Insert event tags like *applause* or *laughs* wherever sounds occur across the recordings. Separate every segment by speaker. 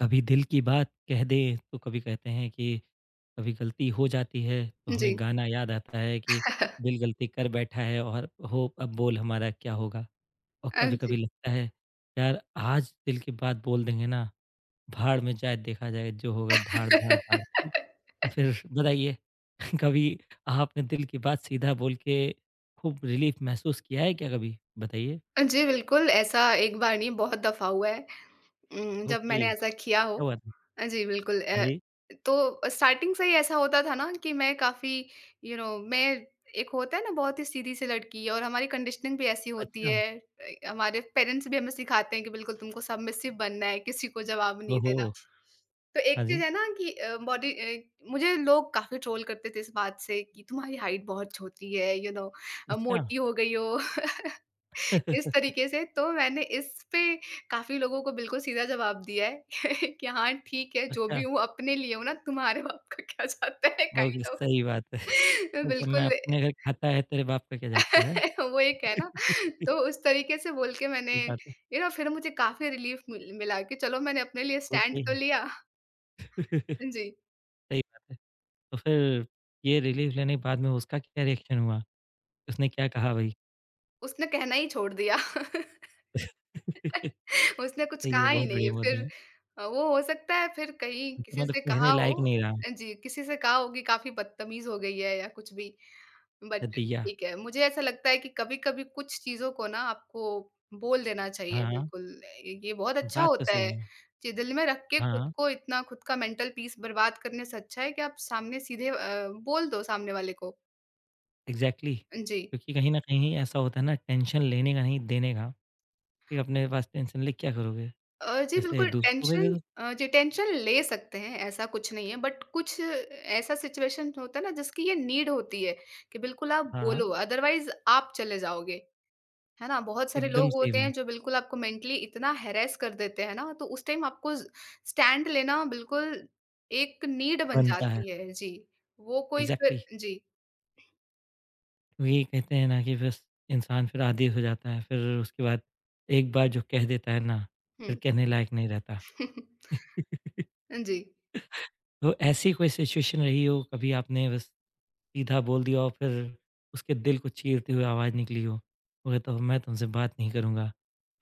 Speaker 1: कभी दिल की बात कह दें तो कभी कहते हैं कि कभी गलती हो जाती है तो हमें
Speaker 2: जी।
Speaker 1: गाना याद आता है कि दिल गलती कर बैठा है और हो अब बोल हमारा क्या होगा। और कभी कभी
Speaker 2: जी।
Speaker 1: लगता है यार आज दिल की बात बोल देंगे ना, भाड़ में जाए देखा जाए जो होगा धाड़ धाड़ धाड़। ठीक, तो फिर बताइए। *laughs* कभी आपने दिल की बात सीधा बोल के खूब रिलीफ महसूस किया है क्या? कभी बताइए।
Speaker 2: जी, बिल्कुल ऐसा एक बार नहीं, बहुत दफ़ा हुआ है। जब
Speaker 1: ओके,
Speaker 2: मैंने ऐसा
Speaker 1: क्या
Speaker 2: किया हो।
Speaker 1: हुआ था?
Speaker 2: जी, बिल्कुल।
Speaker 1: हाँ जी।
Speaker 2: तो स्टार्टिंग से ही ऐसा होता था ना कि मैं काफ़ी, मैं, एक होता है ना बहुत ही सीधी सी लड़की, और हमारी कंडीशनिंग भी ऐसी होती
Speaker 1: अच्छा।
Speaker 2: है। हमारे पेरेंट्स भी हमें सिखाते हैं कि बिल्कुल तुमको सबमिसिव बनना है, किसी को जवाब नहीं
Speaker 1: ओहो।
Speaker 2: देना। तो एक
Speaker 1: हाँ जी।
Speaker 2: चीज़ है ना कि बॉडी। मुझे लोग काफ़ी ट्रोल करते थे इस बात से कि तुम्हारी हाइट बहुत छोटी है, यू नो,
Speaker 1: अच्छा।
Speaker 2: मोटी हो गई हो। *laughs* इस
Speaker 1: *laughs*
Speaker 2: तरीके से तो मैंने इस पे काफ़ी लोगों को बिल्कुल सीधा जवाब दिया है। *laughs* कि हाँ, ठीक है, जो
Speaker 1: अच्छा,
Speaker 2: भी हूँ अपने लिए हूँ ना, तुम्हारे बाप का क्या जाता है,
Speaker 1: बहुत
Speaker 2: काइंड ऑफ़।
Speaker 1: सही बात है।
Speaker 2: *laughs*
Speaker 1: और जब मैं
Speaker 2: बिल्कुल।
Speaker 1: अपने घर खाता है तेरे बाप का क्या जाता है,
Speaker 2: *laughs* वो एक है ना, तो उस तरीके से बोल के
Speaker 1: सही
Speaker 2: मैंने,
Speaker 1: बात है।
Speaker 2: यू नो, फिर मुझे काफ़ी रिलीफ़ मिला कि चलो मैंने अपने लिए स्टैंड
Speaker 1: ओके।
Speaker 2: तो लिया।
Speaker 1: *laughs*
Speaker 2: जी।
Speaker 1: सही बात है। तो फिर ये रिलीफ लेने के बाद में उसका क्या रिएक्शन हुआ? उसने क्या कहा भाई?
Speaker 2: उसने कहना ही छोड़ दिया। *laughs*
Speaker 1: *laughs*
Speaker 2: उसने कुछ
Speaker 1: सही है,
Speaker 2: कहा ही
Speaker 1: बहुत
Speaker 2: नहीं है
Speaker 1: बढ़िया, बहुत
Speaker 2: फिर।
Speaker 1: बढ़िया।
Speaker 2: वो हो सकता है फिर कहीं
Speaker 1: तो
Speaker 2: किसी
Speaker 1: मतलब
Speaker 2: से
Speaker 1: कहने
Speaker 2: कहा
Speaker 1: लायक
Speaker 2: हो।
Speaker 1: नहीं रहा,
Speaker 2: जी, किसी से कहा हो कि काफ़ी बदतमीज़ हो गई है या कुछ भी। बट
Speaker 1: अच्छा दिया।
Speaker 2: ठीक है, मुझे ऐसा लगता है कि कभी-कभी कुछ चीज़ों को ना आपको बोल देना
Speaker 1: हाँ,
Speaker 2: चाहिए
Speaker 1: हाँ,
Speaker 2: बिल्कुल, ये बहुत अच्छा
Speaker 1: बात तो
Speaker 2: होता
Speaker 1: सही
Speaker 2: है
Speaker 1: है।
Speaker 2: कि दिल में रख के खुद
Speaker 1: हाँ,
Speaker 2: को इतना, खुद का मेंटल पीस बर्बाद करने से अच्छा है कि आप सामने सीधे बोल दो सामने वाले को।
Speaker 1: एग्ज़ैक्टली
Speaker 2: जी।
Speaker 1: क्योंकि कहीं न कहीं ऐसा होता है ना, टेंशन लेने का नहीं देने का, कि अपने पास टेंशन लेके क्या करोगे?
Speaker 2: जी,
Speaker 1: इसलिए
Speaker 2: बिल्कुल
Speaker 1: दूसरों को दे
Speaker 2: टेंशन।
Speaker 1: दो।
Speaker 2: जी, टेंशन ले सकते हैं, ऐसा कुछ नहीं है, बट कुछ ऐसा सिचुएशन होता है ना जिसकी ये नीड होती है कि बिल्कुल आप
Speaker 1: हाँ,
Speaker 2: बोलो, अदरवाइज़ आप चले जाओगे। है ना? बहुत सारे
Speaker 1: एकदम
Speaker 2: लोग
Speaker 1: सही
Speaker 2: होते हैं
Speaker 1: बात,
Speaker 2: जो बिल्कुल आपको मेंटली इतना हैरेस कर देते हैं ना, तो उस टाइम आपको ज़ स्टैंड लेना बिल्कुल एक नीड बन
Speaker 1: बनता है।
Speaker 2: जाती है। जी। वो कोई
Speaker 1: एग्ज़ैक्टली।
Speaker 2: फिर जी,
Speaker 1: वही कहते हैं ना कि बस इंसान फिर आदी हो जाता है फिर उसके बाद एक बार जो कह देता है ना फिर
Speaker 2: हुँ।
Speaker 1: कहने लायक नहीं रहता।
Speaker 2: *laughs* जी,
Speaker 1: तो ऐसी कोई सिचुएशन रही हो कभी? आपने बस सीधा बोल दिया और फिर उसके दिल को चीरते हुए आवाज़ निकली हो, वो तो मैं तुमसे बात नहीं करूँगा,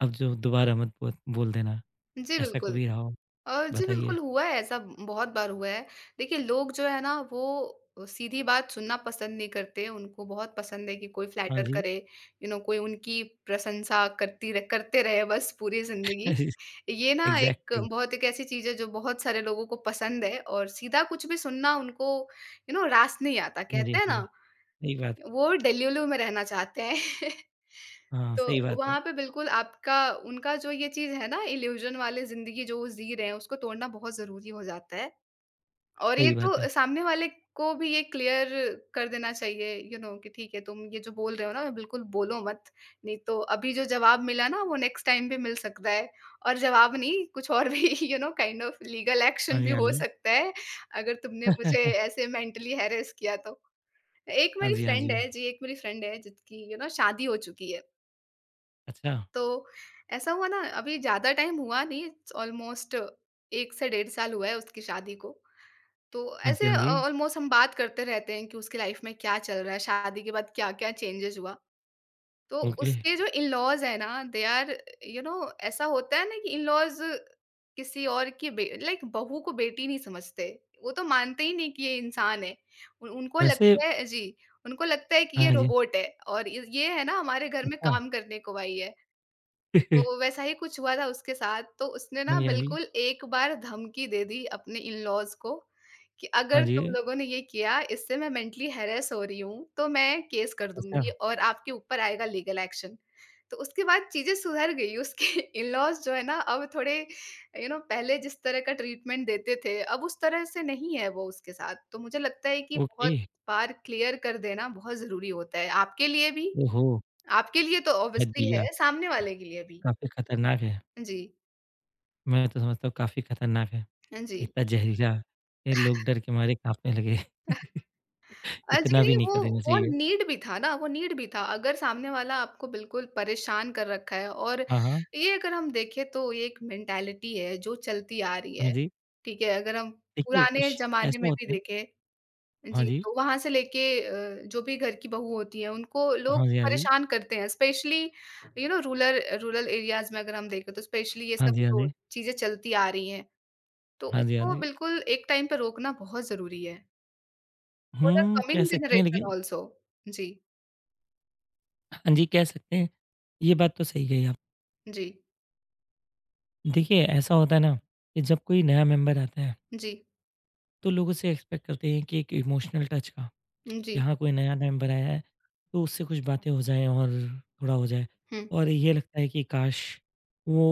Speaker 1: अब जो दोबारा मत बो, बोल देना,
Speaker 2: जी,
Speaker 1: ऐसा
Speaker 2: बिल्कुल।
Speaker 1: कभी रहा हो?
Speaker 2: जी,
Speaker 1: बताइए।
Speaker 2: बिल्कुल हुआ है, ऐसा बहुत बार हुआ है। देखिए, लोग जो है ना वो सीधी बात सुनना पसंद नहीं करते, उनको बहुत पसंद है कि कोई
Speaker 1: हाँ
Speaker 2: फ्लैटर
Speaker 1: जी।
Speaker 2: करे, यू नो, कोई उनकी प्रशंसा करती र करते रहे बस पूरी ज़िंदगी।
Speaker 1: *laughs*
Speaker 2: ये ना एक
Speaker 1: एग्जैक्टली।
Speaker 2: बहुत, एक ऐसी चीज़ है जो बहुत सारे लोगों को पसंद है, और सीधा कुछ भी सुनना उनको, यू नो, रास नहीं आता।
Speaker 1: हाँ जी,
Speaker 2: कहते हैं
Speaker 1: हाँ
Speaker 2: ना,
Speaker 1: जी, सही बात है।
Speaker 2: वो डेल्यूलू में रहना चाहते हैं।
Speaker 1: हाँ, सही
Speaker 2: तो
Speaker 1: बात है।
Speaker 2: वहाँ पे बिल्कुल आपका, उनका जो ये चीज़ है ना, इल्यूज़न वाले ज़िंदगी जो वो जी रहे हैं, उसको तोड़ना बहुत ज़रूरी हो जाता है। और ये
Speaker 1: सही बात
Speaker 2: तो
Speaker 1: है।
Speaker 2: सामने वाले को भी ये क्लियर कर देना चाहिए, यू नो, कि ठीक है, तुम ये जो बोल रहे हो ना बिल्कुल बोलो मत। नहीं तो अभी जो जवाब मिला ना वो नेक्स्ट टाइम भी मिल सकता है, और जवाब नहीं कुछ और भी *laughs* you know kind of legal
Speaker 1: हाँ
Speaker 2: एक्शन
Speaker 1: जी,
Speaker 2: भी
Speaker 1: हाँ
Speaker 2: हो
Speaker 1: जी।
Speaker 2: सकता है, अगर तुमने मुझे ऐसे मेंटली हैरेस किया तो। एक
Speaker 1: हाँ
Speaker 2: मेरी
Speaker 1: जी, हाँ जी।
Speaker 2: फ्रेंड है जी, एक मेरी फ्रेंड है जिसकी, यू नो, शादी हो चुकी है।
Speaker 1: अच्छा।
Speaker 2: तो ऐसा हुआ ना, अभी ज़्यादा टाइम हुआ नहीं, ऑलमोस्ट 1 से डेढ़ साल हुआ है उसकी शादी को। तो
Speaker 1: हाँ जी,
Speaker 2: ऐसे
Speaker 1: हाँ जी।
Speaker 2: ऑलमोस्ट हम बात करते रहते हैं कि उसकी लाइफ़ में क्या चल रहा है, शादी के बाद क्या-क्या चेंजेज़ हुआ। तो
Speaker 1: ओके।
Speaker 2: उसके जो इन-लॉज़ हैं ना, दे आर, यू नो, ऐसा होता है ना कि इन-लॉज़ किसी और की बे लाइक बहू को बेटी नहीं समझते। वो तो मानते ही नहीं कि ये इंसान है। उन उनको
Speaker 1: वैसे,
Speaker 2: लगता है जी, उनको लगता है कि ये
Speaker 1: हाँ जी,
Speaker 2: रोबोट है, और इ ये है ना, हमारे घर में
Speaker 1: अच्छा।
Speaker 2: काम करने को आई है। तो
Speaker 1: *laughs*
Speaker 2: वैसा ही कुछ हुआ था उसके साथ, तो उसने
Speaker 1: हाँ
Speaker 2: ना
Speaker 1: जी, हाँ जी।
Speaker 2: बिल्कुल एक बार धमकी दे दी अपने इन-लॉज़ को कि
Speaker 1: हाँ
Speaker 2: अगर
Speaker 1: जी,
Speaker 2: तुम लोगों ने ये किया, इससे मैं मेंटली हैरेस हो रही हूँ, तो मैं केस कर
Speaker 1: अच्छा,
Speaker 2: दूँगी और आपके ऊपर आएगा लीगल एक्शन। तो उसके बाद चीज़ें सुधर गई, उसके *laughs* इन-लॉज़ जो है ना अब थोड़े, यू नो, पहले जिस तरह का ट्रीटमेंट देते थे, अब उस तरह से नहीं है वो उसके साथ। तो मुझे लगता है कि
Speaker 1: ओके।
Speaker 2: बहुत बार क्लियर कर देना बहुत ज़रूरी होता है, आपके लिए भी।
Speaker 1: ओहो!
Speaker 2: आपके लिए तो
Speaker 1: है
Speaker 2: ऑब्वियसली
Speaker 1: भैया,
Speaker 2: है, सामने वाले के लिए भी।
Speaker 1: काफ़ी खतरनाक है।
Speaker 2: जी।
Speaker 1: मैं तो समझता हूँ काफ़ी खतरनाक है।
Speaker 2: हाँ जी।
Speaker 1: इतना ज़हरीला, ये लोग डर के मारे काँपने लगे। *laughs*
Speaker 2: जी
Speaker 1: इतना भी
Speaker 2: नहीं,
Speaker 1: नहीं
Speaker 2: वो
Speaker 1: कर देना
Speaker 2: वो
Speaker 1: चाहिए।
Speaker 2: नीड भी था ना, वो नीड भी था। अगर सामने वाला आपको बिल्कुल परेशान कर रखा है, और
Speaker 1: हाँ, हाँ।
Speaker 2: ये अगर हम देखें तो ये एक मेंटालिटी है जो चलती आ रही
Speaker 1: हाँ
Speaker 2: है।
Speaker 1: जी,
Speaker 2: ठीक है, अगर हम
Speaker 1: देखिए
Speaker 2: पुराने
Speaker 1: कुछ
Speaker 2: ज़माने
Speaker 1: ऐसा
Speaker 2: में भी
Speaker 1: होता है।
Speaker 2: देखें।
Speaker 1: हाँ
Speaker 2: जी,
Speaker 1: जी।
Speaker 2: तो वहाँ से लेके जो भी घर की बहू होती हैं उनको लोग
Speaker 1: हाँ जी, हाँ जी।
Speaker 2: परेशान करते हैं। Specially, you know, ruler rural areas में अगर हम देखें तो स्पेशली ये
Speaker 1: हाँ
Speaker 2: सब
Speaker 1: जी, हाँ
Speaker 2: जो
Speaker 1: जी।
Speaker 2: चीज़ें चलती आ रही हैं, तो
Speaker 1: हाँ जी, हाँ
Speaker 2: उसको
Speaker 1: जी।
Speaker 2: बिल्कुल एक टाइम पे रोकना बहुत ज़रूरी है। For the
Speaker 1: हुँ, कह
Speaker 2: coming
Speaker 1: सकते हैं
Speaker 2: generation
Speaker 1: लेकिन,
Speaker 2: also. जी,
Speaker 1: हाँ जी, कह सकते हैं। ये बात तो सही कही आप।
Speaker 2: जी,
Speaker 1: देखिए ऐसा होता है ना कि जब कोई नया मेंबर आता है
Speaker 2: जी,
Speaker 1: तो लोगों से एक्सपेक्ट करते हैं कि एक इमोशनल टच का,
Speaker 2: जी,
Speaker 1: यहाँ कोई नया मेंबर आया है तो उससे कुछ बातें हो जाएं और थोड़ा हो जाए,
Speaker 2: हुँ,
Speaker 1: और ये लगता है कि काश वो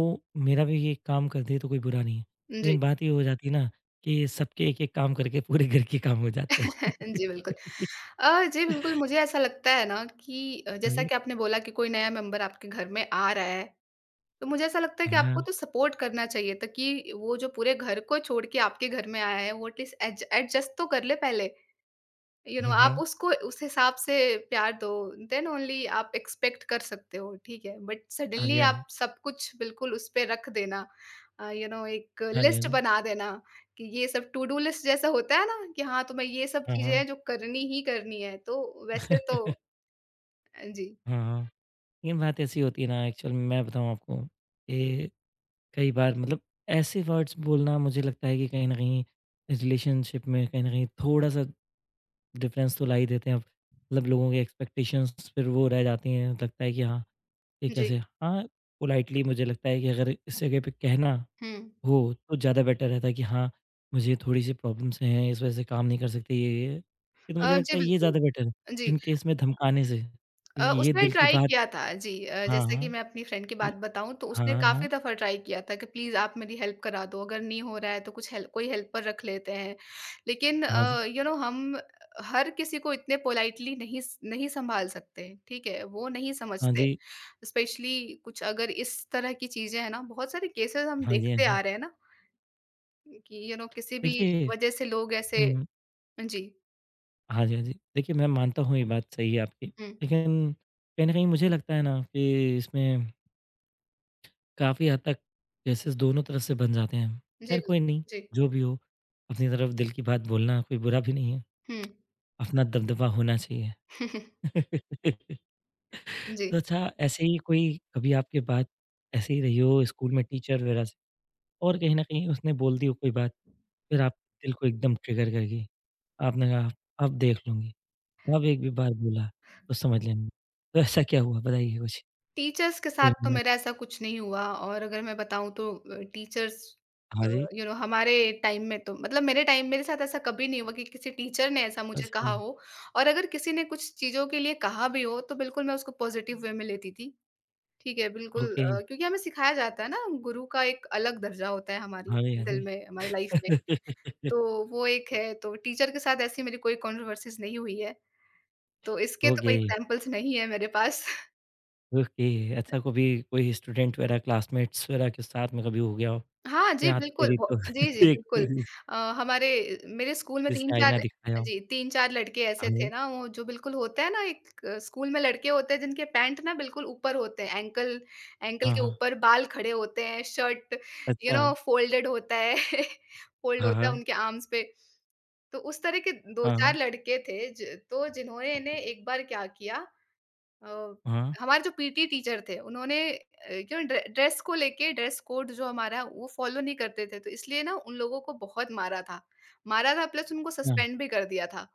Speaker 1: मेरा भी ये काम कर दे तो कोई बुरा नहीं है।
Speaker 2: जी,
Speaker 1: लेकिन बात ये हो जाती है ना कि सबके एक एक काम करके पूरे घर के काम हो जाते
Speaker 2: *laughs*
Speaker 1: हैं।
Speaker 2: जी, बिल्कुल।
Speaker 1: *laughs*
Speaker 2: जी, बिल्कुल मुझे ऐसा लगता है ना कि
Speaker 1: हाँ
Speaker 2: जैसा
Speaker 1: जी,
Speaker 2: कि आपने बोला कि कोई नया मेंबर आपके घर में आ रहा है, तो मुझे ऐसा लगता है कि
Speaker 1: हाँ,
Speaker 2: आपको
Speaker 1: हाँ,
Speaker 2: तो सपोर्ट करना चाहिए ताकि वो जो पूरे घर को छोड़ के आपके घर में आया है, वो एटलीस्ट एज एडजस्ट तो कर ले पहले। यू नो, आप
Speaker 1: हाँ,
Speaker 2: उसको उस हिसाब से प्यार दो, देन ओनली आप एक्सपेक्ट कर सकते हो, ठीक है, बट
Speaker 1: हाँ जी,
Speaker 2: सडनली
Speaker 1: हाँ जी,
Speaker 2: आप सब कुछ बिल्कुल उस पे रख देना, यू नो, एक
Speaker 1: हाँ जी, हाँ
Speaker 2: लिस्ट
Speaker 1: जी,
Speaker 2: बना देना कि ये सब टू डू लिस्ट जैसा होता है ना कि हाँ, तुम्हें ये सब
Speaker 1: हाँ,
Speaker 2: चीजें
Speaker 1: हाँ।
Speaker 2: हैं जो करनी ही करनी है, तो वैसे तो
Speaker 1: *laughs*
Speaker 2: जी,
Speaker 1: हाँ, हाँ। लेकिन बात ऐसी होती है ना, एक्चुअल में मैं बताऊँ आपको कि कई बार मतलब ऐसे वर्ड्स बोलना, मुझे लगता है कि कहीं न कहीं रिलेशनशिप में कहीं न कहीं थोड़ा-सा डिफरेंस तो ला ही देते हैं। मतलब लोगों के एक्सपेक्टेशंस फिर वो रह जाती हैं, लगता है कि हाँ, ये
Speaker 2: जी,
Speaker 1: कैसे हाँ, पोलाइटली मुझे लगता है कि अगर इस जगह पे कहना
Speaker 2: हम्म,
Speaker 1: हो तो ज़्यादा बेटर रहता है कि हाँ, मुझे थोड़ी-सी प्रॉब्लम्स हैं, इस वजह से काम नहीं कर सकते ये-ये। ये तो मुझे लगता
Speaker 2: जी
Speaker 1: है ये
Speaker 2: बिल्कुल,
Speaker 1: ज़्यादा बेटर है,
Speaker 2: जी,
Speaker 1: इन केस में धमकाने से, क्योंकि ये
Speaker 2: उसने
Speaker 1: दिल की
Speaker 2: ट्राई
Speaker 1: बात।
Speaker 2: किया था जी,
Speaker 1: हाँ,
Speaker 2: जैसे कि
Speaker 1: हाँ।
Speaker 2: मैं अपनी फ्रेंड की बात बताऊँ तो
Speaker 1: हाँ,
Speaker 2: उसने
Speaker 1: हाँ।
Speaker 2: काफ़ी दफ़ा ट्राई किया था कि प्लीज़ आप मेरी हेल्प करा दो, अगर नहीं हो रहा है तो कुछ हेल्प, कोई हेल्पर रख लेते हैं। लेकिन
Speaker 1: हाँ जी,
Speaker 2: यू नो, हम हर किसी को इतने पोलाइटली नहीं सँभाल सकते, ठीक है? वो नहीं
Speaker 1: हाँ
Speaker 2: समझते।
Speaker 1: जी।
Speaker 2: स्पेशली कुछ अगर इस तरह की चीज़ें हैं ना, बहुत सारे केसेज़ हम
Speaker 1: हाँ जी, हाँ
Speaker 2: देखते
Speaker 1: जी।
Speaker 2: आ रहे हैं ना कि, यू नो, किसी भी
Speaker 1: देखिए।
Speaker 2: वजह से लोग ऐसे,
Speaker 1: हुँ।
Speaker 2: जी,
Speaker 1: हाँ जी, हाँ जी। देखिए, मैं मानता हूँ ये बात सही है आपकी,
Speaker 2: हुँ।
Speaker 1: लेकिन कहीं न कहीं मुझे लगता है ना कि इसमें काफ़ी हद तक केसेज़ दोनों तरफ से बन जाते हैं।
Speaker 2: जी,
Speaker 1: ख़ैर
Speaker 2: बिल्कुल।
Speaker 1: कोई नहीं,
Speaker 2: जी,
Speaker 1: जो भी हो अपनी तरफ दिल की बात बोलना कोई बुरा भी नहीं है,
Speaker 2: हुँ।
Speaker 1: अपना दबदबा होना चाहिए।
Speaker 2: *laughs*
Speaker 1: *laughs*
Speaker 2: जी।
Speaker 1: तो अच्छा ऐसे ही कोई कभी आपके बात ऐसे ही रही हो स्कूल में टीचर वगैरह से, और कहीं न कहीं उसने बोल दी हो कोई बात, फिर आप दिल को एकदम ट्रिगर कर गई, आपने कहा, "अब देख लूँगी।" अब एक भी बार बोला तो समझ लेना। तो ऐसा क्या हुआ बताइए कुछ?
Speaker 2: टीचर्स के साथ
Speaker 1: कोई
Speaker 2: तो
Speaker 1: मोमेंट?
Speaker 2: मेरा ऐसा कुछ नहीं हुआ, और अगर मैं बताऊँ तो टीचर्स।
Speaker 1: हाँ
Speaker 2: अ,
Speaker 1: जी।
Speaker 2: यू नो, हमारे टाइम में तो, मतलब मेरे टाइम, मेरे साथ ऐसा कभी नहीं हुआ कि किसी टीचर ने ऐसा मुझे
Speaker 1: अच्छा,
Speaker 2: कहा हो, और अगर किसी ने कुछ चीज़ों के लिए कहा भी हो तो बिल्कुल मैं उसको पॉजिटिव वे में लेती थी। ठीक है, बिल्कुल,
Speaker 1: ओके।
Speaker 2: क्योंकि हमें सिखाया जाता है ना, गुरु का एक अलग दर्जा होता है हमारी
Speaker 1: हाँ जी, हाँ
Speaker 2: दिल में, हमारी लाइफ में।
Speaker 1: जी। *laughs*
Speaker 2: तो वो एक है, तो टीचर के साथ ऐसी मेरी कोई कंट्रोवर्सीज़ नहीं हुई है। तो इसके तो कोई
Speaker 1: ओके,
Speaker 2: एग्ज़ाम्पल्स नहीं है मेरे पास।
Speaker 1: ओके। अच्छा कभी कोई स्टूडेंट वगैरह क्लासमेट्स वगैरह के साथ में कभी हो गया हो?
Speaker 2: हाँ जी,
Speaker 1: यार
Speaker 2: बिल्कुल,
Speaker 1: तेरी
Speaker 2: वो
Speaker 1: तो *laughs*
Speaker 2: जी, जी,
Speaker 1: देख,
Speaker 2: बिल्कुल। हमारे मेरे स्कूल में
Speaker 1: जैसे
Speaker 2: 3-4,
Speaker 1: आईना दिखाया हो?
Speaker 2: जी, 3-4 लड़के
Speaker 1: हाँ
Speaker 2: ऐसे थे
Speaker 1: जी।
Speaker 2: ना, वो जो बिल्कुल होता है ना, एक स्कूल में लड़के होते हैं जिनके पैंट ना बिल्कुल ऊपर होते हैं, एंकल, एंकल
Speaker 1: हाँ,
Speaker 2: के
Speaker 1: हाँ।
Speaker 2: ऊपर बाल खड़े होते हैं, शर्ट, यू
Speaker 1: अच्छा।
Speaker 2: नो, फ़ोल्डेड होता है, *laughs* फ़ोल्ड
Speaker 1: हाँ,
Speaker 2: होता है
Speaker 1: हाँ।
Speaker 2: उनके आर्म्स पे। तो उस तरह के
Speaker 1: हाँ,
Speaker 2: 2-4
Speaker 1: हाँ।
Speaker 2: लड़के थे ज तो जिन्होंने ने एक बार क्या किया, अ,
Speaker 1: हाँ,
Speaker 2: हमारे जो पीटी टीचर थे उन्होंने, क्यों ड्रेस को लेके, ड्रेस कोड जो हमारा है वो फ़ॉलो नहीं करते थे, तो इसलिए ना उन लोगों को बहुत मारा था। मारा था, प्लस उनको
Speaker 1: हाँ।
Speaker 2: सस्पेंड भी कर दिया था।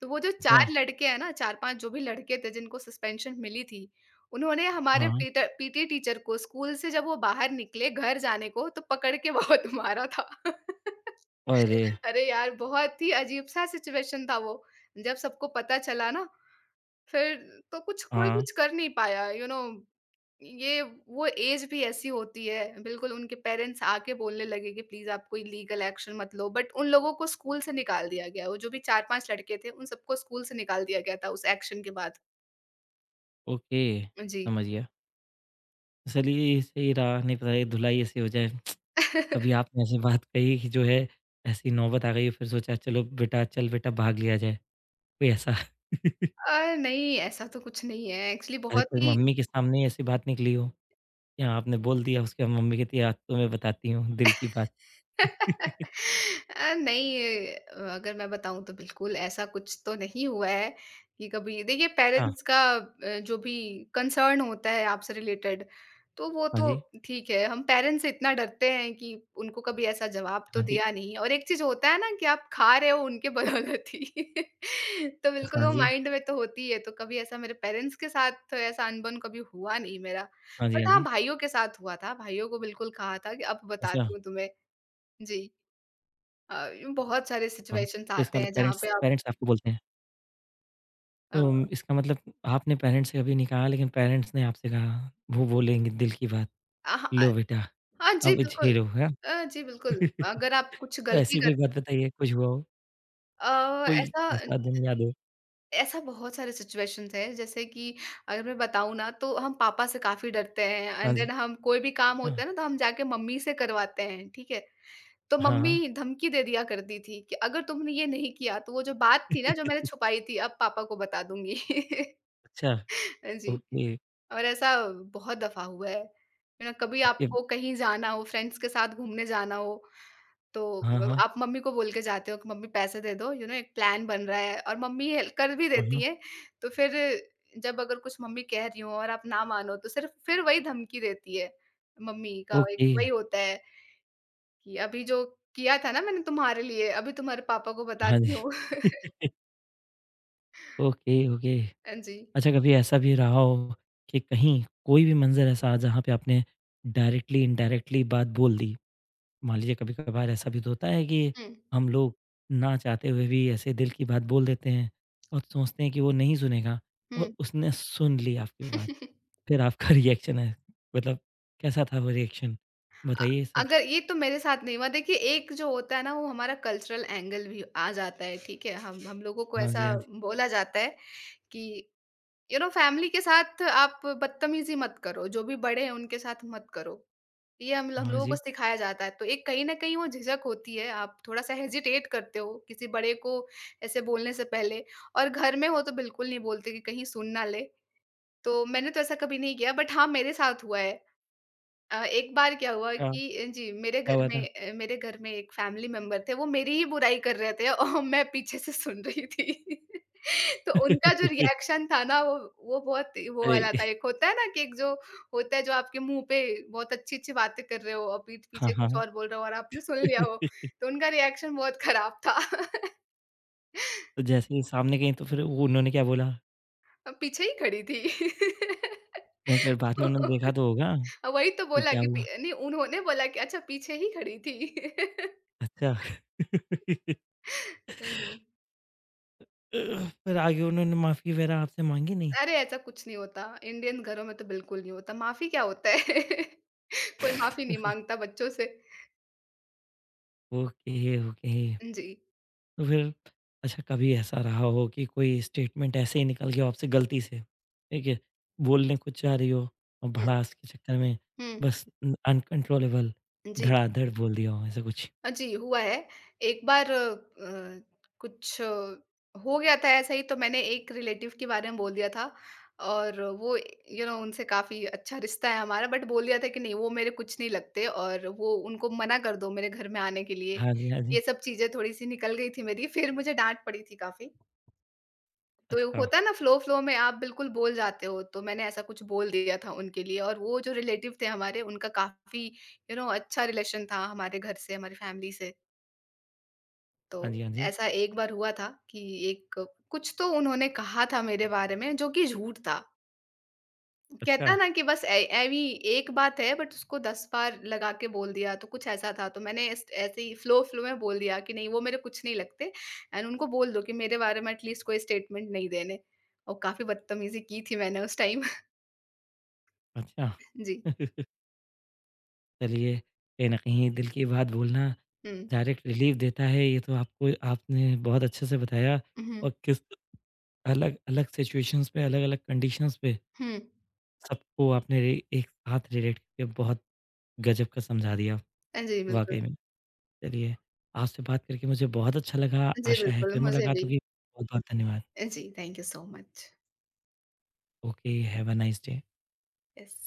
Speaker 2: तो वो जो
Speaker 1: अच्छा,
Speaker 2: 4 लड़के हैं ना, 4-5 जो भी लड़के थे जिनको सस्पेंशन मिली थी, उन्होंने हमारे
Speaker 1: हाँ, हाँ।
Speaker 2: पीटर पीटी टीचर को स्कूल से जब वो बाहर निकले घर जाने को तो पकड़ के बहुत *laughs* मारा था।
Speaker 1: अरे!
Speaker 2: *laughs* अरे यार! बहुत ही अजीब-सा सिचुएशन था वो। जब सबको पता चला ना फिर तो कुछ कोई
Speaker 1: हाँ,
Speaker 2: कुछ कर नहीं पाया यू you नो know, ये वो एज भी ऐसी होती है। बिल्कुल उनके पेरेंट्स आके बोलने लगे कि प्लीज आप कोई लीगल एक्शन मत लो, बट उन लोगों को स्कूल से निकाल दिया गया। वो जो भी चार पांच लड़के थे उन सबको स्कूल से निकाल दिया गया था उस एक्शन के बाद।
Speaker 1: ओके
Speaker 2: जी।
Speaker 1: समझ गया। चलिए सही रहा, नहीं पता ये धुलाई ऐसी हो जाए। अभी
Speaker 2: *laughs*
Speaker 1: आपने ऐसी बात कही कि जो है ऐसी नौबत आ गई है फिर सोचा चलो बेटा चल बेटा भाग लिया जाए, कोई ऐसा? *laughs*
Speaker 2: नहीं ऐसा तो कुछ नहीं है एक्चुअली।
Speaker 1: अरे
Speaker 2: बहुत
Speaker 1: कोई
Speaker 2: ही
Speaker 1: मम्मी के सामने ही ऐसी बात निकली हो कि आपने बोल दिया, उसके बाद मम्मी कहती है आज तो मैं बताती हूँ दिल की बात। *laughs*
Speaker 2: नहीं अगर मैं बताऊँ तो बिल्कुल ऐसा कुछ तो नहीं हुआ है कि कभी देखिए
Speaker 1: अच्छा,
Speaker 2: पेरेंट्स का जो भी कंसर्न होता है आपसे रिलेटेड तो वो
Speaker 1: हाँ
Speaker 2: तो
Speaker 1: जी,
Speaker 2: ठीक है। हम पेरेंट्स से इतना डरते हैं कि उनको कभी ऐसा जवाब तो
Speaker 1: हाँ जी,
Speaker 2: दिया नहीं। और एक चीज होता है ना कि आप खा रहे हो उनके बदौलत ही। *laughs* तो बिल्कुल
Speaker 1: हाँ
Speaker 2: वो
Speaker 1: जी,
Speaker 2: माइंड में तो होती है। तो कभी ऐसा मेरे पेरेंट्स के साथ तो ऐसा अनबन कभी हुआ नहीं मेरा।
Speaker 1: हाँ जी, हाँ
Speaker 2: बट हाँ,
Speaker 1: जी।
Speaker 2: भाइयों के साथ हुआ था। भाइयों को बिल्कुल कहा था कि अब
Speaker 1: अच्छा,
Speaker 2: बताती हूँ तुम्हें। जी। यूँ बहुत सारे
Speaker 1: हाँ,
Speaker 2: सिचुएशंस
Speaker 1: तो इसका
Speaker 2: आते
Speaker 1: मतलब
Speaker 2: हैं जहाँ
Speaker 1: पेरेंट्स
Speaker 2: पे आप
Speaker 1: पेरेंट्स आपको बोलते हैं। तो
Speaker 2: अ,
Speaker 1: इसका मतलब आपने पेरेंट्स से कभी नहीं कहा लेकिन पेरेंट्स ने आपसे कहा, वो बोलेंगे दिल की बात,
Speaker 2: हाँ।
Speaker 1: लो बेटा
Speaker 2: हाँ जी,
Speaker 1: अब
Speaker 2: बिल्कुल।
Speaker 1: झेलो, है *laughs* ना?
Speaker 2: जी, बिल्कुल। अगर आप कुछ
Speaker 1: तो
Speaker 2: गलती
Speaker 1: ऐसी कोई
Speaker 2: कर
Speaker 1: बात बताइए, कुछ हुआ हो? कोई
Speaker 2: ऐसा
Speaker 1: ऐसा दिन याद हो?
Speaker 2: ऐसा बहुत सारे सिचुएशंस हैं जैसे कि अगर मैं बताऊँ ना तो हम पापा से काफ़ी डरते हैं।
Speaker 1: हाँ
Speaker 2: एंड
Speaker 1: जी।
Speaker 2: देन हम कोई भी काम होता
Speaker 1: अच्छा,
Speaker 2: है ना तो हम जाके मम्मी से करवाते हैं, ठीक है? तो
Speaker 1: हाँ।
Speaker 2: मम्मी धमकी दे दिया करती थी कि अगर तुमने ये नहीं किया तो वो जो बात थी ना जो मैंने
Speaker 1: *laughs*
Speaker 2: छुपाई थी अब पापा को बता दूँगी। *laughs*
Speaker 1: अच्छा,
Speaker 2: जी।
Speaker 1: ओके,
Speaker 2: और ऐसा बहुत दफ़ा हुआ है। यू नो कभी
Speaker 1: ओके।
Speaker 2: आपको कहीं जाना हो, फ्रेंड्स के साथ घूमने जाना हो, तो
Speaker 1: हाँ, हाँ।
Speaker 2: आप मम्मी को बोल के जाते हो कि मम्मी पैसे दे दो, यू नो एक प्लान बन रहा है। और मम्मी हेल्प कर भी
Speaker 1: हाँ,
Speaker 2: देती
Speaker 1: हाँ।
Speaker 2: हैं। तो फिर जब अगर कुछ मम्मी कह रही हों और आप ना मानो तो सिर्फ़ फिर वही धमकी देती है। मम्मी का एक
Speaker 1: ओके,
Speaker 2: वही होता है कि अभी जो किया था ना मैंने तुम्हारे लिए, अभी तुम्हारे पापा को
Speaker 1: हाँ
Speaker 2: बताती
Speaker 1: जी।
Speaker 2: हूँ। *laughs*
Speaker 1: *laughs* Okay, okay.
Speaker 2: हाँ जी।
Speaker 1: अच्छा कभी ऐसा भी रहा हो कि कहीं कोई भी मंज़र ऐसा आ जहाँ पे आपने डायरेक्टली इनडायरेक्टली बात बोल दी? मान लीजिए कभी-कभार ऐसा भी तो होता है कि
Speaker 2: हुँ,
Speaker 1: हम लोग ना चाहते हुए भी ऐसे दिल की बात बोल देते हैं और सोचते हैं कि वो नहीं सुनेगा, और
Speaker 2: हुँ।
Speaker 1: उसने सुन ली आपकी बात।
Speaker 2: *laughs*
Speaker 1: फिर आपका *laughs* रिएक्शन है, मतलब कैसा था वो रिएक्शन?
Speaker 2: अ,
Speaker 1: बताइए सब?
Speaker 2: अगर ये तो मेरे साथ नहीं हुआ। देखिए एक जो होता है ना वो हमारा कल्चरल एंगल भी आ जाता है, ठीक है? हम लोगों को
Speaker 1: हाँ जी,
Speaker 2: ऐसा
Speaker 1: हाँ जी।
Speaker 2: बोला जाता है कि यू नो फैमिली के साथ आप बदतमीज़ी मत करो, जो भी बड़े हैं उनके साथ मत करो। ये हम
Speaker 1: हाँ
Speaker 2: लोगों को
Speaker 1: जी।
Speaker 2: सिखाया जाता है, तो एक कहीं न कहीं वो झिझक होती है, आप थोड़ा-सा हेजिटेट करते हो किसी बड़े को ऐसे बोलने से पहले। और घर में हो तो बिल्कुल नहीं बोलते कि कहीं सुन ना ले। तो मैंने तो ऐसा कभी नहीं किया, बट हाँ, मेरे साथ हुआ है। एक बार क्या हुआ
Speaker 1: क्या,
Speaker 2: कि जी, मेरे
Speaker 1: क्या
Speaker 2: घर
Speaker 1: हुआ
Speaker 2: में
Speaker 1: था?
Speaker 2: मेरे घर में एक फैमिली मेंबर थे, वो मेरी ही बुराई कर रहे थे और *laughs* मैं पीछे से सुन रही थी। *laughs* तो उनका जो
Speaker 1: *laughs*
Speaker 2: रिएक्शन था ना वो बहुत ही वो
Speaker 1: अरे!
Speaker 2: वाला था, एक होता है ना कि एक जो होता है जो आपके मुँह पे बहुत अच्छी-अच्छी बातें कर रहे हो और पीठ
Speaker 1: हाँ,
Speaker 2: पीछे कुछ
Speaker 1: हाँ।
Speaker 2: और बोल रहे हो और आपने सुन लिया हो,
Speaker 1: *laughs*
Speaker 2: तो उनका रिएक्शन बहुत खराब था। *laughs*
Speaker 1: तो जैसे ही सामने गई तो फिर वो उन्होंने क्या बोला?
Speaker 2: मैं पीछे ही खड़ी थी।
Speaker 1: नहीं फिर बाद में उन्होंने देखा
Speaker 2: *laughs*
Speaker 1: तो होगा कि
Speaker 2: वही तो बोला
Speaker 1: क्या
Speaker 2: कि पी
Speaker 1: हुआ?
Speaker 2: नहीं उन्होंने बोला कि अच्छा पीछे ही खड़ी थी। *laughs*
Speaker 1: अच्छा। *laughs*
Speaker 2: हाँ जी।
Speaker 1: फिर आगे उन्होंने माफ़ी वगैरह आपसे माँगी नहीं?
Speaker 2: अरे! ऐसा कुछ नहीं होता, इंडियन घरों में तो बिल्कुल नहीं होता, माफ़ी क्या होता है? *laughs* कोई माफ़ी नहीं माँगता बच्चों से।
Speaker 1: Okay, okay.
Speaker 2: जी।
Speaker 1: तो फिर अच्छा कभी ऐसा रहा हो कि कोई स्टेटमेंट ऐसे ही निकल गया हो आपसे गलती से, ठीक है? बोलने कुछ जा रही हो और
Speaker 2: हुँ,
Speaker 1: भड़ास के चक्कर में
Speaker 2: हुँ,
Speaker 1: बस अनकंट्रोलेबल
Speaker 2: जी।
Speaker 1: धड़ाधड़ बोल दिया हो ऐसा कुछ?
Speaker 2: जी, हुआ है। एक बार कुछ हो गया था ऐसा ही। तो मैंने एक रिलेटिव के बारे में बोल दिया था। और वो यू नो उनसे काफ़ी अच्छा रिश्ता है हमारा, बट बोल दिया था कि नहीं वो मेरे कुछ नहीं लगते और वो उनको मना कर दो मेरे घर में आने के लिए।
Speaker 1: हाँ जी, हाँ जी।
Speaker 2: ये सब चीज़ें थोड़ी-सी निकल गई थी मेरी, फिर मुझे डाँट पड़ी थी काफ़ी। तो
Speaker 1: अच्छा,
Speaker 2: होता है ना फ्लो फ्लो में आप बिल्कुल बोल जाते हो, तो मैंने ऐसा कुछ बोल दिया था उनके लिए। और वो जो रिलेटिव थे हमारे उनका काफ़ी यू नो अच्छा रिलेशन था हमारे घर से, हमारी फैमिली से। तो
Speaker 1: हाँ जी, हाँ जी।
Speaker 2: ऐसा एक बार हुआ था कि एक कुछ तो उन्होंने कहा था मेरे बारे में जो कि झूठ था। कहता
Speaker 1: अच्छा,
Speaker 2: है ना कि बस ए एवी एक बात है बट उसको 10 बार लगा के बोल दिया, तो कुछ ऐसा था। तो मैंने इस ऐसे ही फ़्लो में बोल दिया कि नहीं वो मेरे कुछ नहीं लगते एंड उनको बोल दो कि मेरे बारे में एटलीस्ट कोई स्टेटमेंट नहीं देने। और काफ़ी बदतमीज़ी की थी मैंने उस टाइम। *laughs*
Speaker 1: अच्छा।
Speaker 2: जी।
Speaker 1: *laughs* चलिए, कहीं न कहीं दिल की बात बोलना
Speaker 2: हुँ।
Speaker 1: डायरेक्ट रिलीफ़ देता है ये तो आपको आपने बहुत अच्छे से बताया,
Speaker 2: हुँ,
Speaker 1: और किस अलग-अलग सिचुएशंस पे अलग-अलग कंडीशंस पे
Speaker 2: हुँ।
Speaker 1: सबको आपने रे एक साथ रिलेट करके बहुत गजब का समझा दिया,
Speaker 2: जी बिल्कुल।
Speaker 1: वाक़ई में। चलिए, आपसे बात करके मुझे बहुत अच्छा लगा,
Speaker 2: जी
Speaker 1: आशा है
Speaker 2: बिल्कुल,
Speaker 1: फिर
Speaker 2: मुझे
Speaker 1: मुलाकात
Speaker 2: भी।
Speaker 1: होगी। बहुत-बहुत धन्यवाद।
Speaker 2: जी, thank you so much.
Speaker 1: Okay, have a nice day.
Speaker 2: Yes.